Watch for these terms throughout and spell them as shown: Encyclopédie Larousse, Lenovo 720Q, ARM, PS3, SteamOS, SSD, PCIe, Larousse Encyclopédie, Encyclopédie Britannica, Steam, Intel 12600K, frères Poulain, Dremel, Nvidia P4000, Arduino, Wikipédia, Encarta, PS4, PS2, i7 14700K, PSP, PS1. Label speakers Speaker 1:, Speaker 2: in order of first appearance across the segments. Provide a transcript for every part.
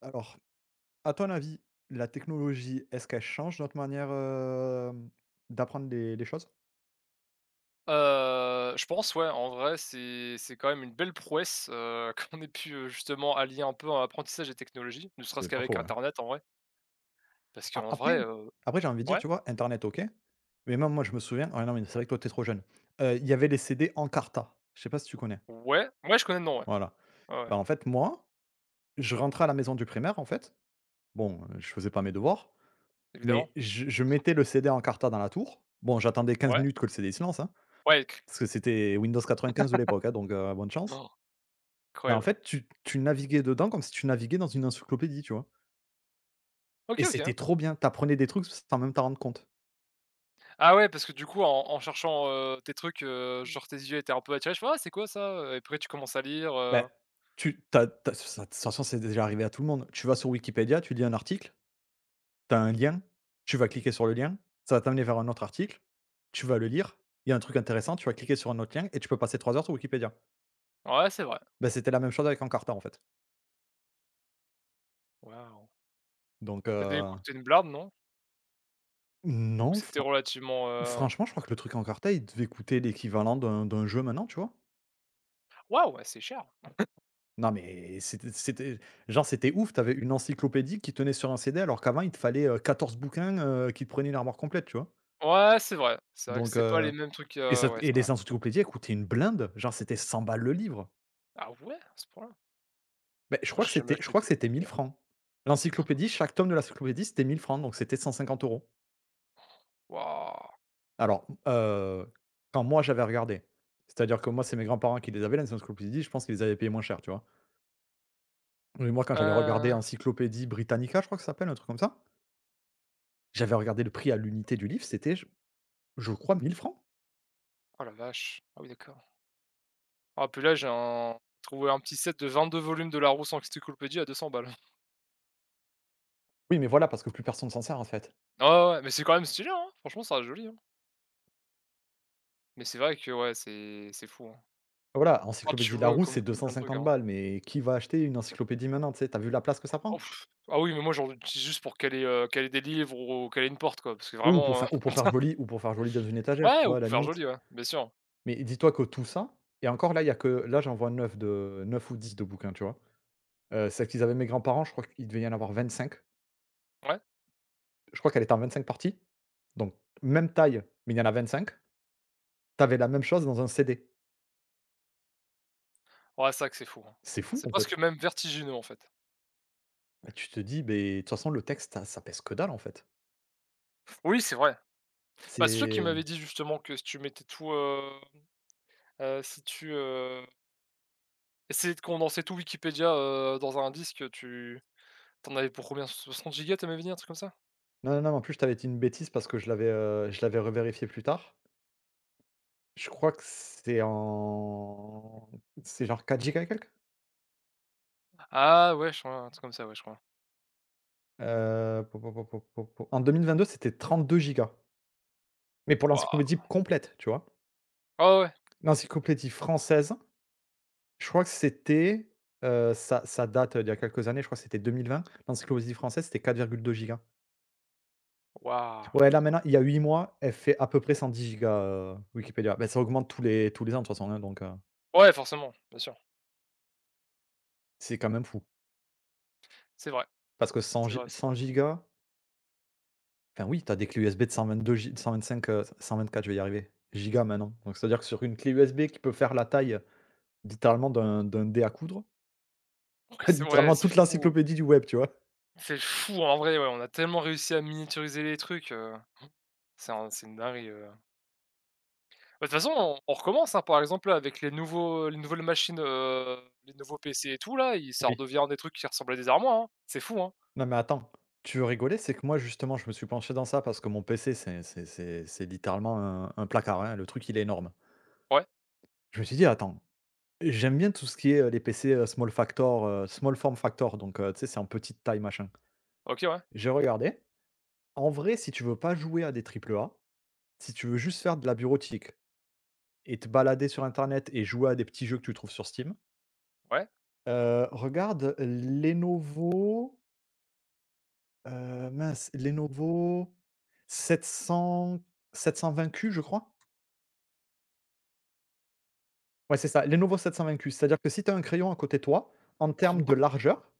Speaker 1: Alors, à ton avis, la technologie, est-ce qu'elle change notre manière, d'apprendre les choses?
Speaker 2: Je pense, ouais, en vrai, c'est quand même une belle prouesse, qu'on ait pu, justement allier un peu, apprentissage et technologie, ne serait-ce
Speaker 1: C'est pas
Speaker 2: qu'avec
Speaker 1: faux, hein.
Speaker 2: internet, en vrai. Parce
Speaker 1: A
Speaker 2: qu'en vrai,
Speaker 1: après après j'ai envie de dire,
Speaker 2: ouais,
Speaker 1: tu vois, internet OK, mais même moi je me souviens, ah non, mais c'est vrai que toi t'es trop jeune. Il y avait les CD Encarta, je sais pas si tu connais?
Speaker 2: ouais, ouais, je connais le nom, ouais.
Speaker 1: Voilà.
Speaker 2: Ouais, ouais,
Speaker 1: Bah, en fait moi, je rentrais à la maison du primaire en fait. Bon, je faisais pas mes devoirs,
Speaker 2: évidemment.
Speaker 1: mais je mettais le CD Encarta dans la tour. Bon, j'attendais quinze
Speaker 2: Ouais,
Speaker 1: minutes que le CD se lance, hein,
Speaker 2: ouais,
Speaker 1: parce que c'était Windows 95 de l'époque, hein, donc bonne chance.
Speaker 2: oh,
Speaker 1: Et en
Speaker 2: incroyable.
Speaker 1: fait, tu naviguais dedans comme si tu naviguais dans une encyclopédie, tu vois? Et
Speaker 2: OK, OK.
Speaker 1: c'était trop bien. T'apprenais des trucs sans même t'en rendre compte.
Speaker 2: Ah ouais, parce que du coup, en cherchant, tes trucs, genre tes yeux étaient un peu attirés, je fais: «Ah, c'est quoi ça, et après tu commences à lire,
Speaker 1: Ben, as tu ça de toute façon, c'est déjà arrivé à tout le monde. Tu vas sur Wikipédia, tu lis un article, tu as un lien, tu vas cliquer sur le lien, ça va t'amener vers un autre article, tu vas le lire, il y a un truc intéressant, tu vas cliquer sur un autre lien et tu peux passer 3 heures sur Wikipédia.
Speaker 2: ouais, c'est vrai.
Speaker 1: Ben, c'était la même chose avec Encarta, en fait.
Speaker 2: Waouh!
Speaker 1: Donc
Speaker 2: Ça devait coûter une blinde, non? Ou
Speaker 1: non,
Speaker 2: c'était relativement,
Speaker 1: franchement, je crois que le truc Encarta, il devait coûter l'équivalent d'un jeu maintenant, tu vois?
Speaker 2: waouh, ouais, c'est cher!
Speaker 1: Non, mais c'était genre, c'était ouf, t'avais une encyclopédie qui tenait sur un CD, alors qu'avant, il te fallait, 14 bouquins, qui te prenaient une armoire complète, tu vois?
Speaker 2: Ouais, c'est vrai. C'est vrai que
Speaker 1: Donc
Speaker 2: c'est pas les mêmes trucs,
Speaker 1: et ça,
Speaker 2: ouais,
Speaker 1: et
Speaker 2: c'est vrai.
Speaker 1: les encyclopédies, elles coûtaient une blinde, genre, c'était 100 balles le livre.
Speaker 2: Ah ouais, à ce point-là?
Speaker 1: Mais je
Speaker 2: Moi,
Speaker 1: crois que
Speaker 2: j'ai jamais
Speaker 1: c'était je
Speaker 2: acheté de
Speaker 1: crois que
Speaker 2: livre
Speaker 1: c'était
Speaker 2: donc,
Speaker 1: 1000 francs. L'encyclopédie, chaque tome de l'encyclopédie, c'était 1000 francs, donc c'était 150 euros.
Speaker 2: waouh!
Speaker 1: Alors, quand moi, j'avais regardé, c'est-à-dire que moi, c'est mes grands-parents qui les avaient, l'encyclopédie, je pense qu'ils les avaient payé moins cher, tu vois? Mais moi, quand j'avais regardé
Speaker 2: Heu,
Speaker 1: Encyclopédie Britannica, je crois que ça s'appelle, un truc comme ça. J'avais regardé le prix à l'unité du livre, c'était, je crois, 1000 francs.
Speaker 2: oh la vache! Ah oui, d'accord. Ah puis là, j'ai un trouvé un petit set de 22 volumes de Larousse Encyclopédie à 200 balles.
Speaker 1: Oui, mais voilà, parce que plus personne s'en sert en fait.
Speaker 2: Ouais, ouais, ouais, mais c'est quand même stylé, hein? Franchement, ça reste joli, hein? Mais c'est vrai que ouais, c'est fou, hein.
Speaker 1: Voilà,
Speaker 2: Ah, tu
Speaker 1: encyclopédie
Speaker 2: vois?
Speaker 1: Larousse,
Speaker 2: Comme
Speaker 1: c'est
Speaker 2: comme plein de trucs,
Speaker 1: 250
Speaker 2: hein.
Speaker 1: balles, mais qui va acheter une encyclopédie maintenant, tu sais? Tu vu la place que ça prend?
Speaker 2: Ouf! Ah oui, mais moi, j'en utilise juste pour caler, caler des livres ou caler une porte, quoi, parce que
Speaker 1: Oui,
Speaker 2: vraiment,
Speaker 1: ou pour faire joli dans une étagère,
Speaker 2: ouais,
Speaker 1: tu
Speaker 2: ou
Speaker 1: vois, à la
Speaker 2: pour faire
Speaker 1: limite.
Speaker 2: joli, ouais, bien sûr.
Speaker 1: Mais dis-toi que tout ça, et encore là, il y a que là, j'en vois 9, de 9 ou 10 de bouquins, tu vois? Celle qu'ils avaient mes grands-parents, je crois qu'il devait y en avoir 25.
Speaker 2: Ouais?
Speaker 1: Je crois qu'elle était en 25 parties, donc même taille, mais il y en a 25. T'avais la même chose dans un CD.
Speaker 2: Ouais, c'est vrai que c'est fou, hein.
Speaker 1: C'est fou
Speaker 2: C'est
Speaker 1: en
Speaker 2: presque
Speaker 1: fait.
Speaker 2: même vertigineux, en fait.
Speaker 1: Bah, tu te dis, ben, de toute façon, le texte, ça pèse que dalle, en fait.
Speaker 2: Oui, c'est vrai. Bah, c'est toi qui
Speaker 1: C'est
Speaker 2: m'avais dit justement que si tu mettais tout, si tu, essayais de condenser tout Wikipédia, dans un disque, tu t'en avais pour combien? 60 gigas, tu m'avais dit, un truc comme ça?
Speaker 1: Non, non, non, en plus, je t'avais dit une bêtise parce que je l'avais revérifié plus tard. Je crois que c'est genre 4 gigas et quelques?
Speaker 2: Ah ouais, je crois, un truc comme ça, ouais, je crois.
Speaker 1: Po po po po po po En 2022, c'était 32 gigas, mais pour
Speaker 2: Waouh!
Speaker 1: l'encyclopédie complète, tu vois?
Speaker 2: Ouais, ouais.
Speaker 1: L'encyclopédie française, je crois que c'était, ça date, d'il y a quelques années, je crois que c'était 2020. L'encyclopédie française, c'était 4,2 gigas.
Speaker 2: Waouh! Ouais,
Speaker 1: Ouais, là,
Speaker 2: d'accord.
Speaker 1: maintenant, il y a 8 mois, elle fait à peu près 110 gigas, Wikipédia. Bah, ça augmente tous les ans de toute façon, hein, donc
Speaker 2: Ouais, forcément, bien sûr.
Speaker 1: c'est quand même fou.
Speaker 2: C'est vrai,
Speaker 1: Parce que
Speaker 2: c'est vrai, c'est vrai.
Speaker 1: 100 gigas, enfin oui, tu as des clés USB de 122 gig, 124, je vais y arriver, gigas maintenant. Donc c'est-à-dire que sur une clé USB qui peut faire la taille littéralement d'un dé à coudre,
Speaker 2: Ouais,
Speaker 1: littéralement
Speaker 2: c'est
Speaker 1: toute
Speaker 2: fou.
Speaker 1: l'encyclopédie du web, tu vois?
Speaker 2: C'est fou, en vrai, ouais, on a tellement réussi à miniaturiser les trucs, c'est une dinguerie, bah, de toute façon, on recommence, hein, par exemple, là, avec les nouvelles machines, les nouveaux PC et tout là, ils ça
Speaker 1: Oui.
Speaker 2: redevient des trucs qui ressemblent à des armoires, hein. C'est fou, hein.
Speaker 1: Non, mais attends, tu veux rigoler? C'est que moi, justement, je me suis penché dans ça parce que mon PC, c'est littéralement un placard, hein, le truc, il est énorme.
Speaker 2: Ouais,
Speaker 1: Je me suis dit: «Attends. J'aime bien tout ce qui est, les PC, small factor, small form factor, donc tu sais, c'est en petite taille, machin.
Speaker 2: OK, ouais,
Speaker 1: J'ai regardé. En vrai, si tu veux pas jouer à des triple A, si tu veux juste faire de la bureautique et te balader sur internet et jouer à des petits jeux que tu trouves sur Steam,
Speaker 2: ouais.
Speaker 1: regarde Lenovo, mince, Lenovo 700 720Q, je crois? Ouais, c'est ça, Lenovo 720Q. C'est-à-dire que si tu as un crayon à côté de toi, en termes de largeur.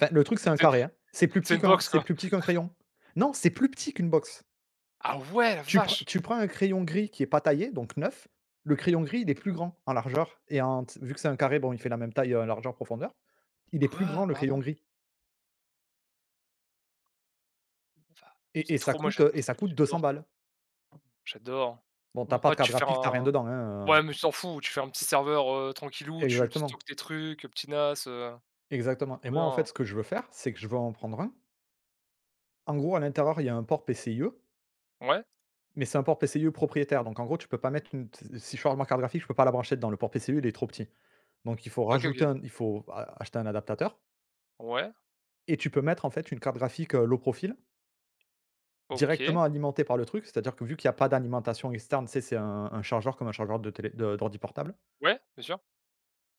Speaker 1: Enfin, le truc, c'est un
Speaker 2: C'est
Speaker 1: carré, hein. C'est plus
Speaker 2: c'est
Speaker 1: petit
Speaker 2: une
Speaker 1: qu'un
Speaker 2: box,
Speaker 1: c'est
Speaker 2: quoi.
Speaker 1: plus petit qu'un crayon. Non, c'est plus petit qu'une box.
Speaker 2: Ah ouais, la
Speaker 1: Tu prends
Speaker 2: vache!
Speaker 1: tu prends un crayon gris qui est pas taillé, donc neuf, le crayon gris, il est plus grand en largeur et en t vu que c'est un carré, bon, il fait la même taille, en largeur-profondeur. Il est plus
Speaker 2: Quoi?
Speaker 1: grand, le
Speaker 2: Pardon?
Speaker 1: crayon gris,
Speaker 2: Enfin, c'est trop moi j'ad
Speaker 1: et ça
Speaker 2: mais
Speaker 1: coûte 200
Speaker 2: j'adore ça,
Speaker 1: balles.
Speaker 2: j'adore.
Speaker 1: Bon, t'as
Speaker 2: Non.
Speaker 1: pas
Speaker 2: Ah,
Speaker 1: de carte
Speaker 2: tu fais
Speaker 1: graphique, t'as rien
Speaker 2: un
Speaker 1: dedans, hein,
Speaker 2: ouais, mais tu t'en fous, tu fais un petit serveur, tranquillou, tu
Speaker 1: exactement,
Speaker 2: stockes tes trucs, petit NAS,
Speaker 1: exactement,
Speaker 2: trop
Speaker 1: et moi, en fait,
Speaker 2: bien.
Speaker 1: ce que je veux faire, c'est que je veux en prendre un. En gros, à l'intérieur, il y a un port PCIe,
Speaker 2: Ouais,
Speaker 1: mais c'est un port PCIe propriétaire, donc en gros, tu peux pas mettre une si je change ma carte graphique, je peux pas la brancher dedans. Le port PCIe, il est trop petit. Donc il faut
Speaker 2: OK,
Speaker 1: rajouter
Speaker 2: OK.
Speaker 1: un il faut a acheter un adaptateur,
Speaker 2: Ouais,
Speaker 1: et tu peux mettre en fait une carte graphique, low profile,
Speaker 2: OK.
Speaker 1: directement alimentée par le truc. C'est-à-dire que vu qu'il y a pas d'alimentation externe, tu sais, c'est un chargeur, comme un chargeur de télé, de d'ordi portable.
Speaker 2: Ouais, bien sûr.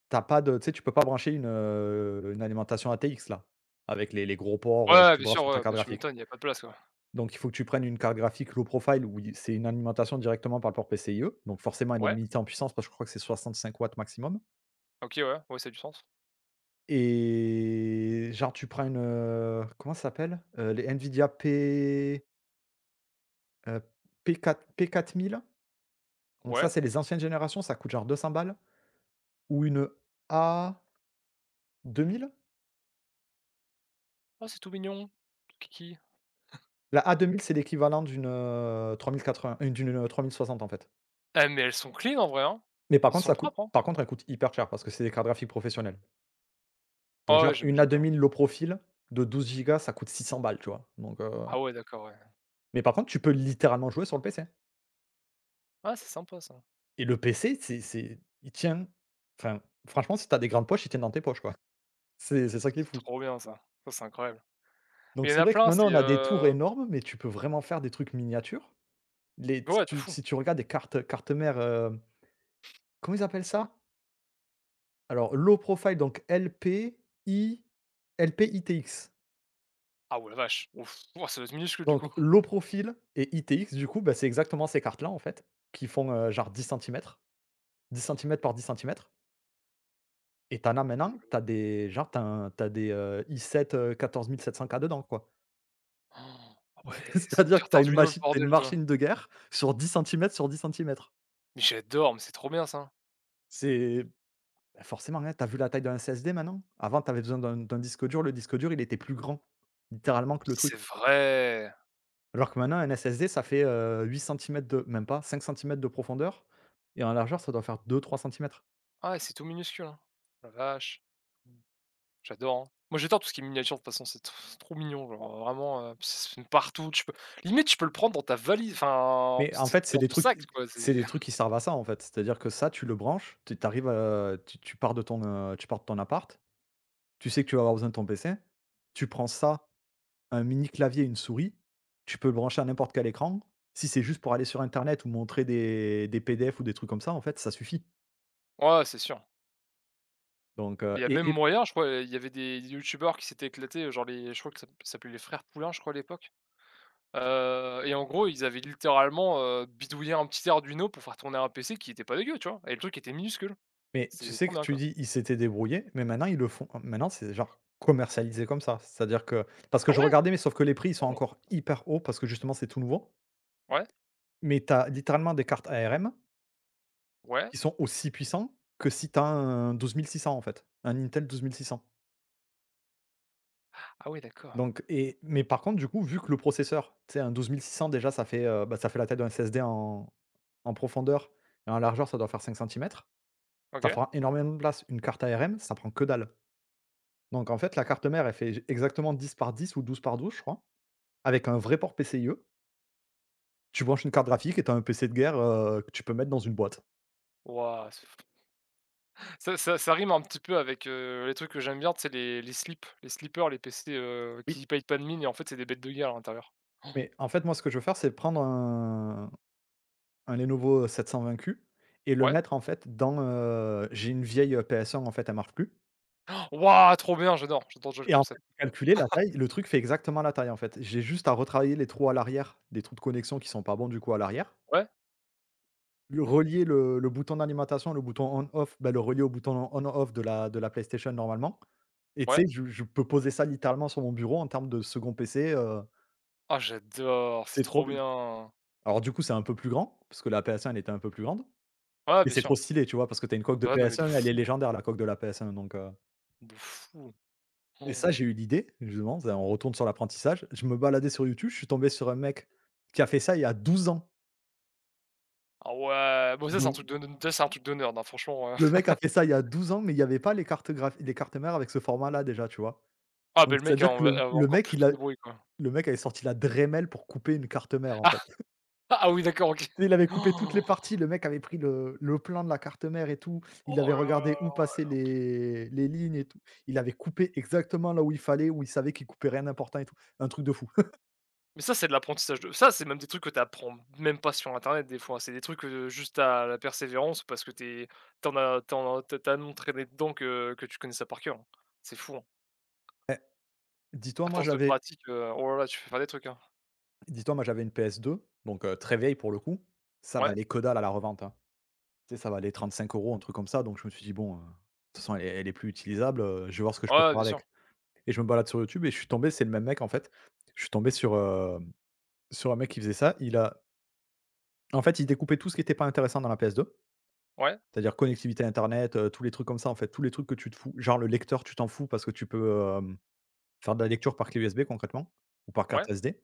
Speaker 1: T'as pas de Tu sais, tu peux pas brancher une, alimentation ATX là, avec les gros ports, que
Speaker 2: Ouais,
Speaker 1: tu
Speaker 2: bien
Speaker 1: branches
Speaker 2: sûr,
Speaker 1: sur ta
Speaker 2: ouais, bah,
Speaker 1: carte
Speaker 2: tu
Speaker 1: graphique.
Speaker 2: m'étonnes, il y a pas de place, quoi.
Speaker 1: Donc il faut que tu prennes une carte graphique low profile, où il c'est une alimentation directement par le port PCIe, donc forcément elle est
Speaker 2: Ouais.
Speaker 1: limitée en puissance parce que je crois que c'est 65 watts maximum.
Speaker 2: OK, ouais, ouais, ça a du sens.
Speaker 1: Et genre, tu prends une, comment ça s'appelle? Les Nvidia heu, p quatre mille. Donc
Speaker 2: Ouais.
Speaker 1: ça, c'est les anciennes générations, ça coûte genre 200 balles, ou une a 2000.
Speaker 2: Oh, c'est tout mignon, tout kiki.
Speaker 1: La a 2000, c'est l'équivalent d'une, trois 3080, d'une, 3060 en fait.
Speaker 2: Ah, mais elles sont clean en vrai, hein?
Speaker 1: Mais par
Speaker 2: Ils
Speaker 1: contre,
Speaker 2: sont propres, hein?
Speaker 1: elle coûte hyper cher parce que c'est des cartes graphiques professionnelles. Donc
Speaker 2: Ah ouais,
Speaker 1: genre, une a
Speaker 2: j'imagine
Speaker 1: deux
Speaker 2: bien.
Speaker 1: mille low profile de 12 gigas, ça coûte 600 balles, tu vois? Donc
Speaker 2: Ah ouais, d'accord, ouais.
Speaker 1: mais par contre, tu peux littéralement jouer sur le PC.
Speaker 2: Ah, c'est sympa ça.
Speaker 1: Et le PC, c'est il tient, enfin, franchement, si t'as des grandes poches, il tient dans tes poches, quoi. C'est ça qui est
Speaker 2: C'est
Speaker 1: fou.
Speaker 2: trop bien ça. Ça, c'est incroyable. Mais
Speaker 1: Donc
Speaker 2: il y en
Speaker 1: c'est
Speaker 2: a
Speaker 1: vrai que
Speaker 2: plein, c'est,
Speaker 1: maintenant, on a des tours énormes, mais tu peux vraiment faire des trucs miniatures. Les Si
Speaker 2: ouais, de
Speaker 1: tu,
Speaker 2: fou.
Speaker 1: si tu regardes des cartes mères, comment ils appellent ça? Alors low profile, donc LPITX.
Speaker 2: Ah ouais, la vache. Ouf, ouah, ça doit être minuscule du
Speaker 1: Donc
Speaker 2: coup.
Speaker 1: low profile et ITX, du coup, bah, c'est exactement ces cartes-là, en fait, qui font, genre 10 centimètres, 10 centimètres par 10 centimètres. Et tu en as maintenant, tu
Speaker 2: Le
Speaker 1: as des genre tu as un tu as des, i7, 14700K dedans, quoi.
Speaker 2: Oh, ah ouais, c'est une
Speaker 1: C'est-à-dire que
Speaker 2: carte
Speaker 1: tu as
Speaker 2: Arduino le
Speaker 1: une
Speaker 2: bordel, toi.
Speaker 1: machine de guerre sur 10 centimètres sur 10 centimètres.
Speaker 2: Mais j'adore, mais c'est trop bien ça.
Speaker 1: C'est Bah, forcément, hein, tu vu la taille d'un SSD maintenant? Avant, t'avais besoin d'un disque dur, le disque dur, il était plus grand, littéralement, que le
Speaker 2: C'est
Speaker 1: truc.
Speaker 2: vrai.
Speaker 1: Alors que maintenant, un SSD, ça fait, 8 centimètres, de même pas 5 centimètres de profondeur, et en largeur, ça doit faire deux trois centimètres.
Speaker 2: Ah ouais, c'est tout minuscule, hein. La vache. J'adore, hein. Moi, j'adore tout ce qui est miniature de toute façon, c'est trop mignon, genre, vraiment, ça se partout, tu peux limite, tu peux le prendre dans ta valise, enfin,
Speaker 1: Mais en
Speaker 2: c'est
Speaker 1: fait, c'est
Speaker 2: dans
Speaker 1: des
Speaker 2: ton
Speaker 1: trucs
Speaker 2: sac, quoi,
Speaker 1: c'est
Speaker 2: c'est
Speaker 1: des trucs qui servent à ça, en fait. C'est-à-dire que ça, tu le branches, tu arrives, tu pars de ton appart, tu sais que tu vas avoir besoin de ton PC, tu prends ça, un mini clavier, une souris, tu peux le brancher à n'importe quel écran. Si c'est juste pour aller sur internet ou montrer des PDF ou des trucs comme ça, en fait, ça suffit.
Speaker 2: ouais, c'est sûr.
Speaker 1: Donc
Speaker 2: Il
Speaker 1: heu
Speaker 2: y a même
Speaker 1: et et
Speaker 2: moyen, je crois, il y avait des youtubeurs qui s'étaient éclatés, genre les je crois que ça s'appelait les frères Poulain, je crois, à l'époque, et en gros, ils avaient littéralement, bidouillé un petit Arduino pour faire tourner un PC qui était pas dégueu, tu vois? Et le truc était minuscule.
Speaker 1: mais
Speaker 2: C'est
Speaker 1: tu sais
Speaker 2: trop
Speaker 1: que
Speaker 2: bien,
Speaker 1: tu
Speaker 2: quoi.
Speaker 1: dis: «Ils s'étaient débrouillés», mais maintenant, ils le font, maintenant, c'est genre commercialisé comme ça. C'est-à-dire que parce que
Speaker 2: Ah
Speaker 1: je
Speaker 2: ouais?
Speaker 1: regardais, mais sauf que les prix, ils sont
Speaker 2: Oh,
Speaker 1: encore hyper hauts parce que justement, c'est tout nouveau.
Speaker 2: ouais,
Speaker 1: Mais tu as littéralement des cartes ARM
Speaker 2: ouais.
Speaker 1: qui sont aussi puissants que si tu as un 12 600 en fait, un Intel 12 600.
Speaker 2: Ah ouais, d'accord.
Speaker 1: Donc et mais par contre du coup vu que le processeur, tu sais, un 12 600 déjà ça fait, bah, ça fait la taille d'un SSD en profondeur et en largeur ça doit faire 5 cm. Ça
Speaker 2: OK.
Speaker 1: prend énormément de place, une carte ARM ça prend que dalle. Donc en fait la carte mère elle fait exactement 10 par 10 ou 12 par 12 je crois, avec un vrai port PCIe. Tu branches une carte graphique et tu as un PC de guerre, que tu peux mettre dans une boîte.
Speaker 2: Waouh, ça rime un petit peu avec, les trucs que j'aime bien, c'est les slips, les slippers, les PC,
Speaker 1: Oui,
Speaker 2: qui payent pas de mine et en fait c'est des bêtes de guerre à l'intérieur.
Speaker 1: mais en fait moi ce que je veux faire c'est prendre un Lenovo 720Q et
Speaker 2: Oh,
Speaker 1: le
Speaker 2: ouais.
Speaker 1: mettre en fait dans, j'ai une vieille, PS1 en fait, elle marche plus.
Speaker 2: Waouh, trop bien, j'adore, j'adore déjà le
Speaker 1: Et en fait,
Speaker 2: concept.
Speaker 1: j'ai calculé la taille, le truc fait exactement la taille en fait. J'ai juste à retravailler les trous à l'arrière, les trous de connexion qui sont pas bons du coup à l'arrière,
Speaker 2: Ouais,
Speaker 1: le relier le bouton d'alimentation, le bouton on off, bah, le relier au bouton on off de la PlayStation normalement. Et tu sais,
Speaker 2: ouais.
Speaker 1: je peux poser ça littéralement sur mon bureau en termes de second PC,
Speaker 2: Ah j'adore, c'est
Speaker 1: c'est trop
Speaker 2: trop
Speaker 1: bien.
Speaker 2: bien.
Speaker 1: Alors du coup, c'est un peu plus grand, parce que la PS1 elle était un peu plus grande.
Speaker 2: Ouais,
Speaker 1: Mais
Speaker 2: bien
Speaker 1: c'est trop
Speaker 2: sûr.
Speaker 1: stylé, tu vois? Parce que tu as une coque de
Speaker 2: Bah, non mais de
Speaker 1: PS1, elle est
Speaker 2: fou,
Speaker 1: légendaire la coque de la PS1, donc
Speaker 2: de fou.
Speaker 1: et ça
Speaker 2: Oh.
Speaker 1: j'ai eu l'idée, justement, ça on retourne sur l'apprentissage. Je me baladais sur YouTube, je suis tombé sur un mec qui a fait ça il y a 12 ans.
Speaker 2: Ah ouais, bon ça c'est un
Speaker 1: Donc
Speaker 2: truc de hein, franchement,
Speaker 1: le mec a fait ça il y a 12 ans, mais il y avait pas les cartes mères avec ce format-là déjà, tu vois?
Speaker 2: ah ben
Speaker 1: Donc
Speaker 2: le mec a
Speaker 1: c'est-à-dire
Speaker 2: en
Speaker 1: que
Speaker 2: encore plus de débrouille, quoi.
Speaker 1: le mec avait sorti la Dremel pour couper une carte mère, en fait.
Speaker 2: Ah oui d'accord, OK.
Speaker 1: Il avait coupé toutes les parties, le mec avait pris le plan de la carte mère et tout,
Speaker 2: Oh
Speaker 1: il
Speaker 2: oh
Speaker 1: avait
Speaker 2: là là
Speaker 1: regardé où
Speaker 2: là
Speaker 1: passaient
Speaker 2: là.
Speaker 1: les lignes et tout. Il avait coupé exactement là où il fallait, où il savait qu'il coupait rien d'important et tout. Un truc de fou.
Speaker 2: Mais ça, c'est de l'apprentissage de ça, c'est même des trucs que tu apprends même pas sur internet des fois, c'est des trucs, juste à la persévérance parce que t'es t'en tu en as tu tellement traîné dedans que tu connais ça par cœur, hein. C'est fou, hein.
Speaker 1: Eh, dis-toi,
Speaker 2: À
Speaker 1: moi
Speaker 2: force de
Speaker 1: j'avais
Speaker 2: pratique, oh là là, tu fais faire des trucs, hein.
Speaker 1: dis-toi, moi j'avais une PS2, donc très vieille pour le coup. Ça
Speaker 2: Ouais,
Speaker 1: valait que dalle à la revente, hein. Tu sais, ça valait 35 € un truc comme ça, donc je me suis dit: «Bon, de toute façon elle est plus utilisable, je vais voir ce que je
Speaker 2: ouais,
Speaker 1: peux
Speaker 2: ouais,
Speaker 1: faire
Speaker 2: bien sûr.
Speaker 1: avec». Et je me balade sur YouTube et je suis tombé c'est le même mec en fait. Je suis tombé sur un mec qui faisait ça. Il a En fait, ils découpaient tout ce qui était pas intéressant dans la PS2,
Speaker 2: Ouais,
Speaker 1: c'est-à-dire connectivité internet, tous les trucs comme ça, en fait, tous les trucs que tu te fous. Genre le lecteur, tu t'en fous parce que tu peux, faire de la lecture par clé USB concrètement ou par carte
Speaker 2: ouais,
Speaker 1: SD.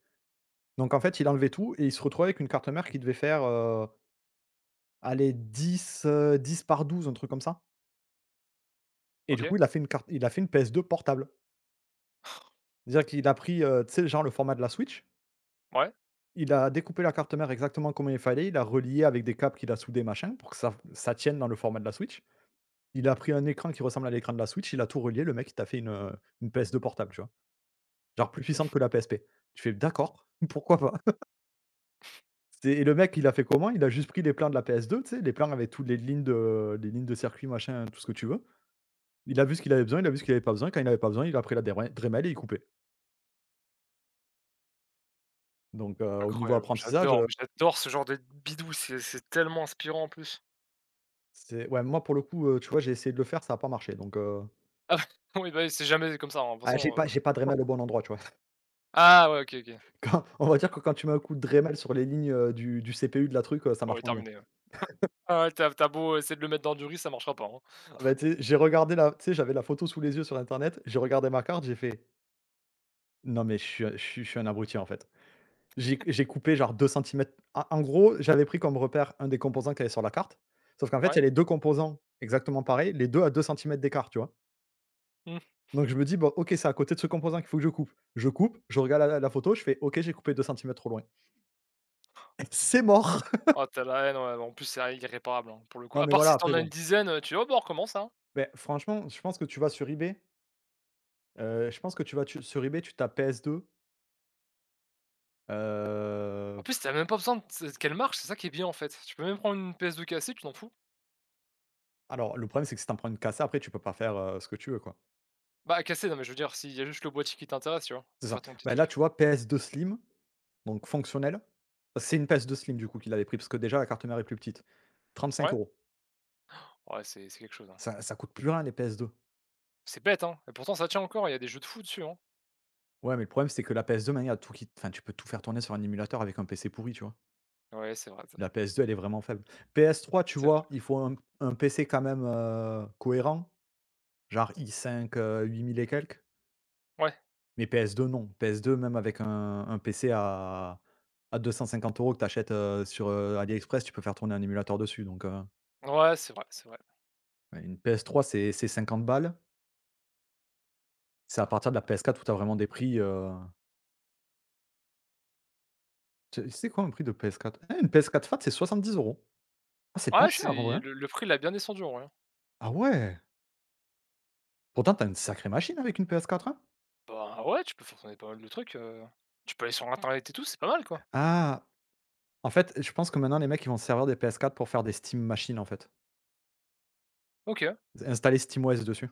Speaker 1: Donc en fait, il enlevait tout et il se retrouvait avec une carte mère qui devait faire, allez 10, 10 par 12, un truc comme ça. Et du
Speaker 2: OK,
Speaker 1: coup, il a fait une PS2 portable. C'est-à-dire qu'il a pris, tu sais, genre le format de la Switch,
Speaker 2: ouais,
Speaker 1: il a découpé la carte mère exactement comme il fallait, il a relié avec des câbles qu'il a soudés, machin, pour que ça tienne dans le format de la Switch. Il a pris un écran qui ressemble à l'écran de la Switch, il a tout relié, le mec il t'a fait une PS2 portable, tu vois? Genre plus puissante que la PSP. Tu fais: «D'accord, pourquoi pas?» c'est Et le mec il a fait comment? Il a juste pris les plans de la PS2, tu sais, les plans avec toutes les lignes de circuit, machin, tout ce que tu veux. Il a vu ce qu'il avait besoin, il a vu ce qu'il avait pas besoin, quand il avait pas besoin, il a pris la Dremel et il coupait. Donc, au niveau
Speaker 2: incroyable.
Speaker 1: apprentissage,
Speaker 2: J'adore, mais j'adore ce genre de bidou, c'est tellement inspirant en plus.
Speaker 1: c'est ouais, moi pour le coup, tu vois, j'ai essayé de le faire, ça a pas marché donc,
Speaker 2: Ah oui, bah, oui, c'est jamais comme ça, hein, de toute
Speaker 1: ah j'ai
Speaker 2: façon,
Speaker 1: pas j'ai pas Dremel au bon endroit, tu vois?
Speaker 2: ah ouais, OK, OK.
Speaker 1: Quand on va dire que quand tu mets un coup de Dremel sur les lignes, du CPU de la truc, ça
Speaker 2: Ouais,
Speaker 1: marche moins bien.
Speaker 2: terminé, ouais. Ah ouais, t'as as beau essayer de le mettre dans du riz, ça marchera pas, hein.
Speaker 1: Ah bah, tu sais, j'ai regardé la tu sais, j'avais la photo sous les yeux sur internet, j'ai regardé ma carte, j'ai fait: «Non mais je suis un abruti, en fait». J'ai coupé genre 2 cm. En gros, j'avais pris comme repère un des composants qu'il y avait sur la carte, sauf qu'en fait, il y a
Speaker 2: Ouais?
Speaker 1: les 2 composants exactement pareils, les 2 à 2 cm d'écart, tu vois?
Speaker 2: Mmh.
Speaker 1: Donc je me dis: «Bon, OK, c'est à côté de ce composant qu'il faut que je coupe». Je coupe, je regarde la photo, je fais: «OK, j'ai coupé 2 cm trop loin». C'est mort.
Speaker 2: Oh, t'as la haine, ouais, en plus, c'est irréparable, hein, pour le coup.
Speaker 1: Non
Speaker 2: À
Speaker 1: mais
Speaker 2: part
Speaker 1: voilà,
Speaker 2: si t'en
Speaker 1: après
Speaker 2: as une
Speaker 1: bon,
Speaker 2: dizaine, tu dis: «Oh, bah, on recommence, hein».
Speaker 1: beh, franchement, je pense que tu vas sur eBay, je pense que tu vas tu sur eBay, tu tapes ps deux.
Speaker 2: En
Speaker 1: heu
Speaker 2: plus, t'as même pas besoin de s qu'elle marche, c'est ça qui est bien, en fait. Tu peux même prendre une PS2 cassée, tu t'en fous.
Speaker 1: Alors, le problème, c'est que si t'en prends une cassée, après, tu peux pas faire, ce que tu veux, quoi.
Speaker 2: Bah, cassée, non, mais je veux dire, s'il y a juste le boîtier qui t'intéresse, tu vois? Pour
Speaker 1: C'est
Speaker 2: faire
Speaker 1: ça.
Speaker 2: ton petit
Speaker 1: Bah, là,
Speaker 2: truc.
Speaker 1: tu vois, PS2 slim, donc fonctionnelle. C'est une PS2 slim, du coup, qu'il avait pris, parce que déjà, la carte mère est plus petite. Trente cinq
Speaker 2: Ouais.
Speaker 1: euros
Speaker 2: Ouais, c'est quelque chose, hein.
Speaker 1: Ça coûte plus rien, les PS2.
Speaker 2: C'est bête, hein, et pourtant ça tient encore, il y a des jeux de fou dessus, hein.
Speaker 1: Ouais, mais le problème, c'est que la PS2, maintenant, il y a tout qui enfin, tu peux tout faire tourner sur un émulateur avec un PC pourri, tu vois?
Speaker 2: Ouais, c'est vrai, ça
Speaker 1: La PS2, elle est vraiment faible. PS3, tu
Speaker 2: c'est vrai.
Speaker 1: vois, il faut un PC quand même, cohérent, genre i5, 8000 et quelques.
Speaker 2: Ouais.
Speaker 1: Mais PS2 non, PS2 même avec un PC à 250 € que tu achètes, sur, AliExpress, tu peux faire tourner un émulateur dessus donc,
Speaker 2: Ouais, c'est vrai, c'est vrai.
Speaker 1: ouais, une PS3 c'est 50 balles. C'est à partir de la PS4 où tu as vraiment des prix, tu c'est quoi un prix de PS4? Ah une PS4 Fat c'est 70 €. Ah c'est pas
Speaker 2: Ouais,
Speaker 1: cher en vrai,
Speaker 2: c'est
Speaker 1: hein?
Speaker 2: le prix l'a bien descendu, en vrai, hein.
Speaker 1: Ah ouais! Pourtant tu as une sacrée machine avec une PS4, hein?
Speaker 2: Bah, ouais, tu peux faire tourner pas mal de trucs, tu peux aller sur internet et tout, c'est pas mal, quoi.
Speaker 1: Ah! En fait, je pense que maintenant les mecs ils vont se servir des PS4 pour faire des Steam Machines en fait.
Speaker 2: OK.
Speaker 1: Installer SteamOS dessus.